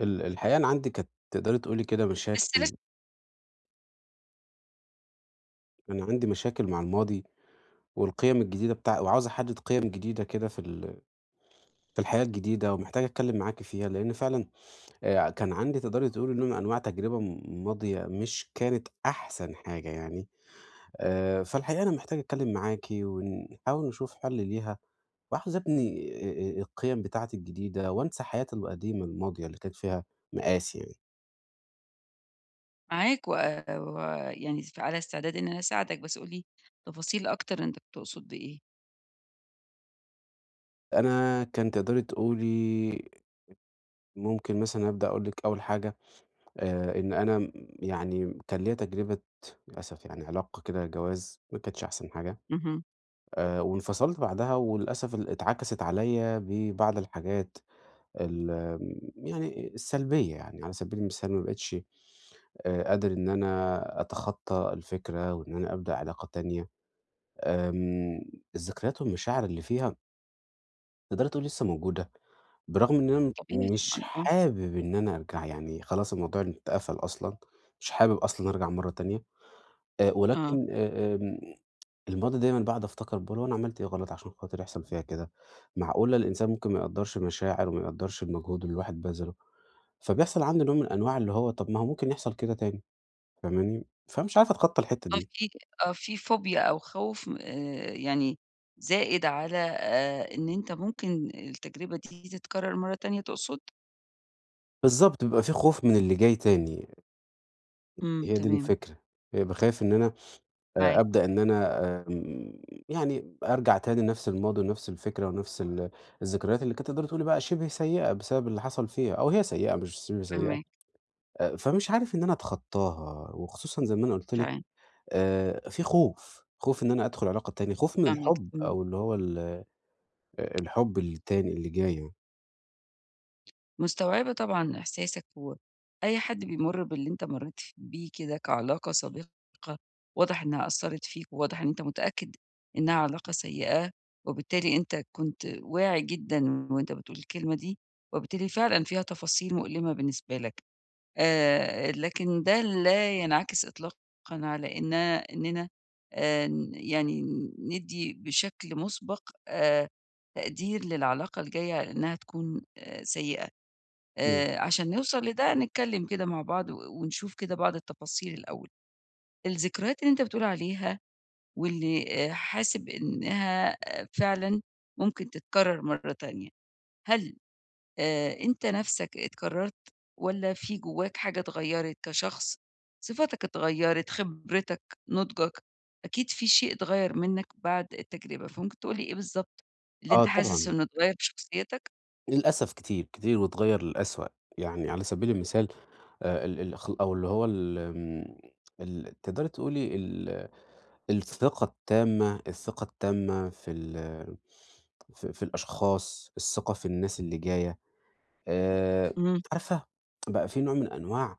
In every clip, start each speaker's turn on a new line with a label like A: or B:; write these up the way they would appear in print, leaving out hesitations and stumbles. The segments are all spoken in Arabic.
A: الحقيقة أنا عندي كانت تقدري تقولي كده
B: بس أنا
A: مشاكل، أنا عندي مشاكل مع الماضي والقيم الجديدة بتاع، وعاوز أحدد قيم جديدة كده في الحياة الجديدة، ومحتاج أتكلم معاكِ فيها، لأن فعلًا كان عندي تقدري تقولي نوع من أنواع تجربة ماضية مش كانت أحسن حاجة يعني. فالحقيقة أنا محتاج أتكلم معاكِ ونحاول نشوف حل ليها، وعاوز أبني القيم بتاعتي الجديدة، وأنسى حياتي القديمة الماضية اللي كانت فيها مآسي يعني.
B: معاك ويعني على استعداد إن أنا أساعدك، بس قُل لي تفاصيل أكتر أنت بتقصد بإيه.
A: أنا كان تقدري تقولي ممكن مثلًا أبدأ أقول لِك أول حاجة. إن أنا يعني كان ليّا تجربة، للأسف يعني علاقة كده جواز ما كانتش أحسن حاجة.
B: اهم،
A: وانفصلت بعدها، وللأسف اتعكست عليّا ببعض الحاجات ال آمم، يعني السلبية. يعني على سبيل المثال ما بقيتش قادر إن أنا أتخطى الفكرة وإن أنا أبدأ علاقة تانية. آمم، الذكريات والمشاعر اللي فيها تقدري تقولي لسه موجودة. بالرغم إن أنا
B: طبيعي
A: مش
B: طبعًا آه،
A: حابب إن أنا أرجع، يعني خلاص الموضوع اتقفل أصلًا، مش حابب أصلًا أرجع مرّة تانية،
B: آه،
A: ولكن آمم الماضي دايمًا باقعد أفتكر، باقول هو أنا عملت إيه غلط عشان خاطر يحصل فيّا كده؟ معقولة الإنسان ممكن ما يقدّرش مشاعر، وما يقدّرش المجهود اللي الواحد بَذله؟ فبيحصل عنده نوع من أنواع اللي هو طَب ما هو ممكن يحصل كده تاني. فاهماني؟ فمش عارف أتخطّى الحتّة
B: آه
A: دي.
B: في آه في فوبيا أو خوف يعني زائد على إن أنت ممكن التجربة دي تتكرر مرّة تانية تقصد؟
A: بالضبط، بيبقى في خوف من اللي جاي تاني،
B: إمم،
A: هي دي
B: تمام،
A: الفكرة. بابقى خايف إن أنا
B: معاك،
A: أبدأ إن أنا آمم، يعني أرجع تاني لنفس الماضي ونفس الفكرة ونفس الذكريات اللي كانت تقدري تقولي بقى شِبه سيئة بسبب اللي حصل فيها، أو هي سيئة مش شِبه سيئة.
B: فاهماك،
A: فمش عارف إن أنا أتخطاها، وخصوصًا زي ما أنا قُلت لِك،
B: تمام،
A: في خوف، خوف إن أنا أدخل علاقة تانية، خوف من
B: فاهماك،
A: الحُب
B: إمم.
A: أو اللي هو ال الحُب التاني اللي جاي يعني.
B: مستوعبة طبعًا إحساسك، وأي حد بيمُر باللي أنت مرّيت بيه كده كعلاقة سابقة، واضح إنها أثّرت فيك، وواضح إن أنت متأكد إنها علاقة سيئة، وبالتالي أنت كنت واعي جدًا وأنت بتقول الكلمة دي، وبالتالي فعلًا فيها تفاصيل مؤلمة بالنسبة لك، لكن ده لا ينعكس إطلاقًا على إننا ن يعني ندّي بشكل مُسبق تقدير للعلاقة الجاية على إنها تكون سيئة.
A: إمم.
B: عشان نوصل لده نتكلّم كده مع بعض ونشوف كده بعض التفاصيل الأول. الذكريات اللي أنت بتقول عليها واللي حاسب إنها فعلًا ممكن تتكرّر مرّة تانية، هل أنت نَفْسك اتكرّرت والّا في جوّاك حاجة اتغيّرت كشخص، صفاتك اتغيّرت، خبرتك، نضجك، أكيد في شيء اتغيّر منّك بعد التجربة، فممكن تقول لي إيه بالضبط اللي
A: آه
B: أنت حاسس
A: طبعًا،
B: إنه اتغيّر في شخصيتك؟
A: للأسف كتير، كتير واتغيّر للأسوأ. يعني على سبيل المثال ال ال خ أو اللي هو ال آمم، تقدري تقولي الثقة التامة في ال في في الأشخاص، الثقة في الناس اللي جاية. آآ
B: إمم،
A: عارفة، بقى في نوع من أنواع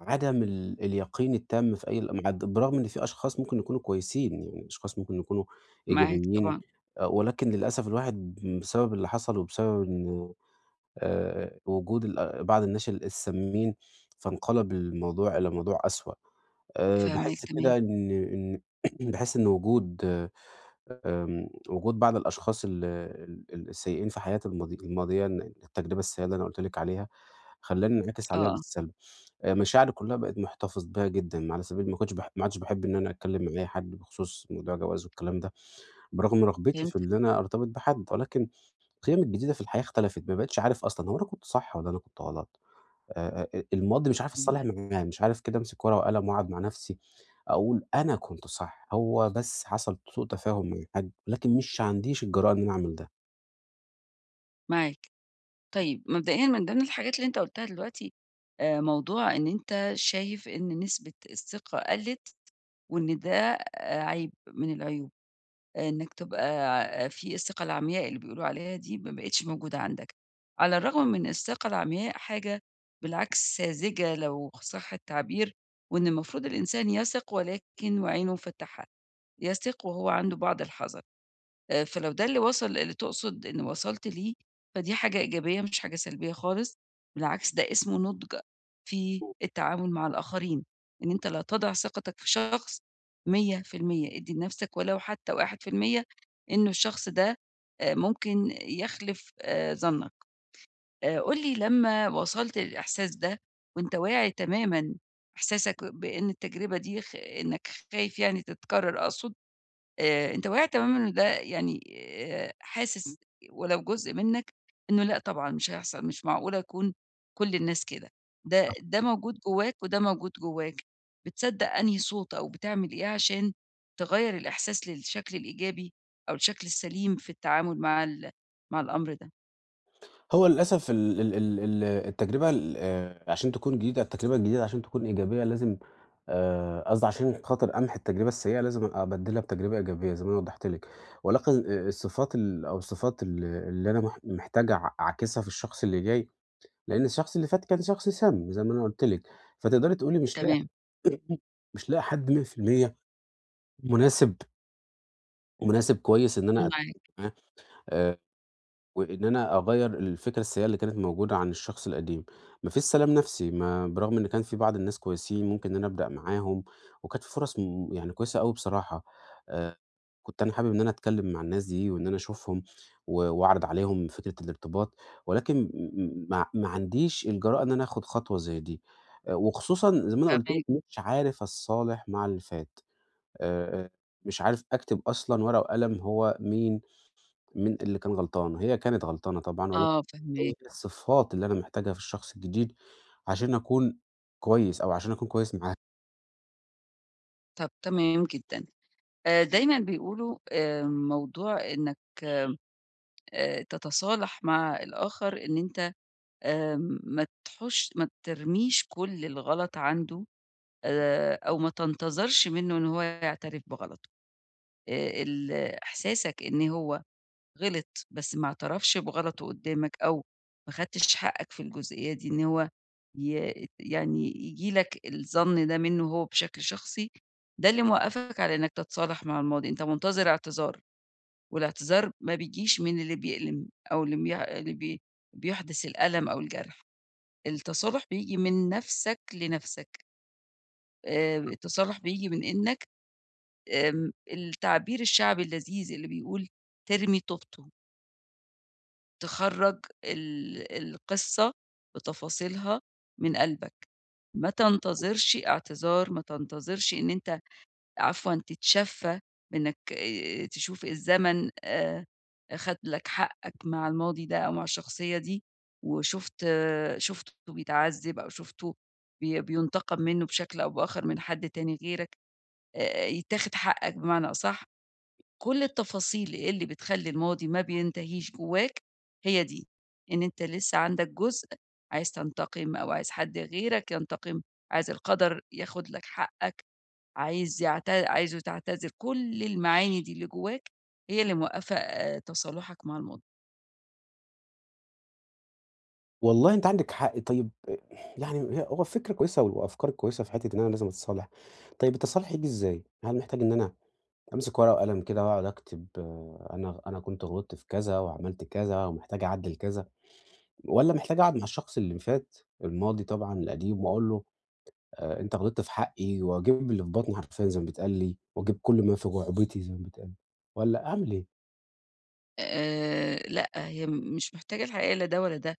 A: عدم اليقين التام في أي الأم عد بالرغم إن في أشخاص ممكن يكونوا كويسين، يعني أشخاص ممكن يكونوا
B: معاك
A: إيجابيين.
B: طبعًا،
A: ولكن للأسف الواحد بسبب اللي حصل، وبسبب إن وجود بعض الناس السامين، فانقلب الموضوع إلى موضوع أسوأ.
B: فاهماك
A: باحس
B: تمام،
A: كده إن إن باحس إن وجود وجود بعض الأشخاص ال ال السيئين في حياتي الماضية، إن التجربة السيئة اللي أنا قُلت لِك عليها خلّاني انعكس
B: آه،
A: عليها
B: آه،
A: بالسلب. مشاعري كلّها بقيت محتفظ بيها جدًا، على سبيل ما عدتش باحب إن أنا أتكلّم مع أي حد بخصوص موضوع جواز والكلام ده، برغم رغبتي في
B: فهمت
A: إن أنا أرتبط بحد، ولكن قيمي الجديدة في الحياة اختلفت، ما بقيتش عارف أصلًا هو أنا كنت صح والّا أنا كنت غلط؟ الماضي مش عارف
B: م
A: أتصالح معاه، مش عارف كده أمسك ورقة وقلم وأقعد مع نفسي أقول أنا كنت صح، هو بس حصل سوء تفاهم من حد، لكن مش عنديش الجرأة إن أنا أعمل ده.
B: معاك. طيب مبدئيًا من ضمن الحاجات اللي أنت قُلتها دلوقتي، موضوع إن أنت شايف إن نسبة الثقة قَلِّت وإن ده عيب من العيوب، إنك تبقى في الثقة العمياء اللي بيقولوا عليها دي ما بقِتش موجودة عندك. على الرغم من الثقة العمياء حاجة بالعكس ساذجة لو صح التعبير، وإن المفروض الإنسان يثق ولكن وعينه مفتحة، يثق وهو عنده بعض الحذر. فلو ده اللي وصل اللي تقصد إن وصلت ليه، فدي حاجة إيجابية مش حاجة سلبية خالص، بالعكس ده اسمه نضج في التعامل مع الآخرين، إن أنت لا تضع ثقتك في شخص 100%، ادّي لنفسك ولو حتى 1% إنه الشخص ده ممكن يخلف ظنك. قُل لي لمّا وصلت للإحساس ده وأنت واعي تمامًا إحساسك بإن التجربة دي إنك خايف يعني تتكرر أقصد، أنت واعي تمامًا إن ده يعني حاسس ولو جزء منّك إنه لأ طبعًا مش هيحصل، مش معقولة أكون كل الناس كده، ده موجود جواك وده موجود جواك، بتصدّق أنهي صوت أو بتعمل إيه عشان تغيّر الإحساس للشكل الإيجابي أو الشكل السليم في التعامل مع مع الأمر ده؟
A: هو للأسف ال ال ال ال التجربة الجديدة عشان تكون إيجابية لازم، قصدي عشان خاطر أمحي التجربة السيئة لازم أبدلها بتجربة إيجابية زي ما أنا وضحت لِك. ولكن الصفات ال أو الصفات ال اللي أنا محتاج أعكسها في الشخص اللي جاي، لإن الشخص اللي فات كان شخص سام زي ما أنا قُلت لِك. فتقدري تقولي مش لاقي
B: تمام،
A: مش لاقي حد 100% مناسب مناسب كويس إن أنا أتعامل
B: معاك،
A: معاه. آآ، وإن أنا أغيّر الفكرة السيئة اللي كانت موجودة عن الشخص القديم، ما فيش سلام نفسي، ما برغم إن كان في بعض الناس كويسين ممكن إن أنا أبدأ معاهم، وكانت في فرص يعني كويسة أوي بصراحة. آآ كنت أنا حابب إن أنا أتكلّم مع الناس دي، وإن أنا أشوفهم وأعرض عليهم فكرة الارتباط، ولكن م م ما ما عنديش الجرأة إن أنا آخُد خطوة زي دي. وخصوصًا زي ما أنا قُلت لِك،
B: فاهماك،
A: مش عارف الصالح مع اللي فات. آآ مش عارف أكتب أصلًا ورقة وقلم هو مين اللي كان غلطان؟ هي كانت غلطانة طبعًا، ولكن
B: آه
A: إيه
B: فاهماك،
A: هي الصفات اللي أنا محتاجها في الشخص الجديد عشان أكون كويس، أو عشان أكون كويس معاه؟
B: طَب تمام جدًا. دايمًا بيقولوا موضوع إنّك تتصالح مع الآخر إن أنت آآ ما تحوش ما ترميش كل الغلط عنده أو ما تنتظرش منّه إن هو يعترف بغلطه. ال إحساسك إن هو غلط بس ما اعترفش بغلطه قدّامك أو ما خدتش حقّك في الجزئية دي إن هو يعني ييجي لك الظَن ده منّه هو بشكل شخصي، ده اللي موقّفك على إنّك تتصالح مع الماضي، أنت منتظر اعتذار والاعتذار ما بيجيش من اللي بيألم أو اللي بي اللي بي بيحدث الألم أو الجرح. التصالح بييجي من نَفْسك لنَفْسك، التصالح بييجي من إنّك التعبير الشعبي اللذيذ اللي بيقول ترمي طوبته، تخرّج ال القصة بتفاصيلها من قلبك، ما تنتظرش اعتذار، ما تنتظرش إن أنت عفوًا تتشفّى بإنّك تشوف الزمن خَد لك حقّك مع الماضي ده أو مع الشخصية دي وشُفت آه، شُفته بيتعذّب أو شُفته بيُنتقم منّه بشكل أو بآخَر من حد تاني غيرك، يتّاخد حقّك بمعنى أصح. كل التفاصيل اللي بتخلّي الماضي ما بينتهيش جوّاك هي دي، إن أنت لسّه عندك جزء عايز تنتقم أو عايز حد غيرك ينتقم، عايز القدر ياخُد لك حقّك. عايزه تعتذر، كل المعاني دي اللي جواك هي اللي موقّفة تصالحك مع الماضي.
A: والله أنتِ عندِك حق. طيب يعني هو فكرة كويسة، وأفكارِك كويسة في حتّة إن أنا لازم أتصالح. طيب التصالح ييجي إزاي؟ هل محتاج إن أنا أمسك ورقة وقلم كده وأقعد أكتب آه، أنا كنت غلطت في كذا، وعملت كذا، ومحتاج أعدّل كذا، والّا محتاج أقعد مع الشخص اللي فات الماضي طبعًا القديم، وأقول له أنت غلطت في حقي، وأجيب اللي في بطني حرفيًا زي ما بيتقال لي، وأجيب كل ما في جُعبتي زي ما بيتقال؟ والّا أعمل إيه؟
B: لأ، هي مش محتاجة الحقيقة لا ده ولا ده،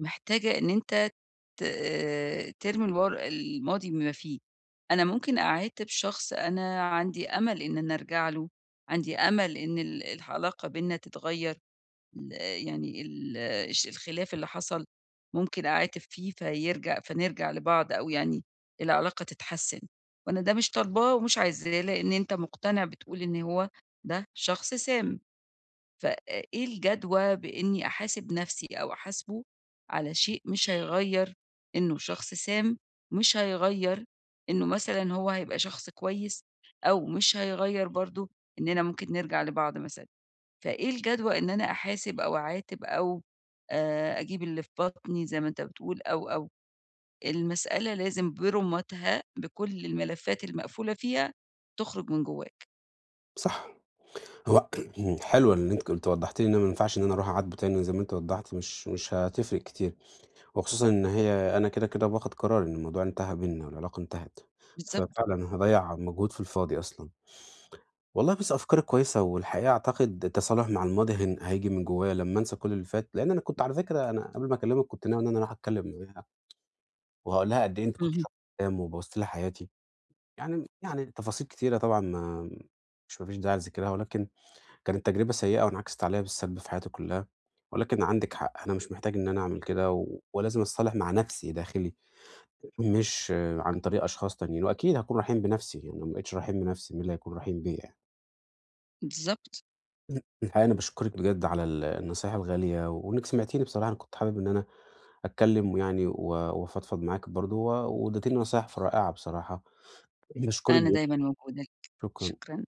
B: محتاجة إن أنت ت آه، ترمي الماضي بما فيه. أنا ممكن أعاتب شخص أنا عندي أمل إن أنا أرجع له، عندي أمل إن العلاقة بيننا تتغيّر. ال يعني ال الش الخلاف اللي حصل ممكن أعاتب فيه فنرجع لبعض أو يعني العلاقة تتحسّن، وأنا ده مش طالباه ومش عايزاه، لإن أنت مقتنع بتقول إن هو ده شخص سام، فإيه الجدوى بإني أحاسب نَفْسي أو أحاسبه على شيء مش هيغيّر إنه شخص سام، مش هيغيّر إنه مثلًا هو هيبقى شخص كويس، أو مش هيغيّر برضه إننا ممكن نرجع لبعض مثلًا. فإيه الجدوى إن أنا أحاسب أو أعاتب أو أجيب اللي في بطني زي ما أنت بتقول أو. المسألة لازم برمتها بكل الملفات المقفولة فيها تخرج من جواك.
A: صح. هو حلوة اللي أنتِ وضّحتِ لي إن أنا ما ينفعش إن أنا أروح أعاتبه تاني زي ما أنتِ وضّحتِ، مش هتفرق كتير، وخصوصًا إن أنا كده، كده باخد قرار إن الموضوع انتهى بيننا، والعلاقة انتهت.
B: بالضبط.
A: ففعلًا هاضيّع مجهود في الفاضي أصلًا. والله بُصّي أفكارِك كويسة، والحقيقة أعتقد التصالح مع الماضي هييجي من جوايا لمّا أنسى كل اللي فات، لإن أنا كنت على فكرة أنا قبل ما أكلمِك كنت ناوي إن أنا أروح أتكلم معاها، وهاقول لها قد إيه أنتِ كنتِ
B: اهم.
A: شاطرة قدّام وبوّظتِ لي حياتي. يعني تفاصيل كتيرة طبعًا، ما فيش داعي لذكرها، ولكن كانت تجربة سيئة وانعكست عليَّ بالسلب في حياتي كلّها. ولكن عندِك حق، أنا مش محتاج إن أنا أعمل كده، ولازم أتصالح مع نَفْسي داخلي، مش عن طريق أشخاص تانيين. وأكيد هاكون رحيم بنَفْسي، يعني لو ما بقيتش رحيم بنَفْسي مين اللي هيكون رحيم بيّا يعني؟
B: بالضبط.
A: الحقيقة أنا باشكرِك بجد على النصايح الغالية، وإنِّك سمعتيني بصراحة. أنا كنت حابب إن أنا أتكلّم ويعني وأفضفض معاك برضه وادّيتيني نصايح رائعة بصراحة. باشكرِك.
B: أنا دايمًا موجودة ليك.
A: شكرًا.
B: شكرًا.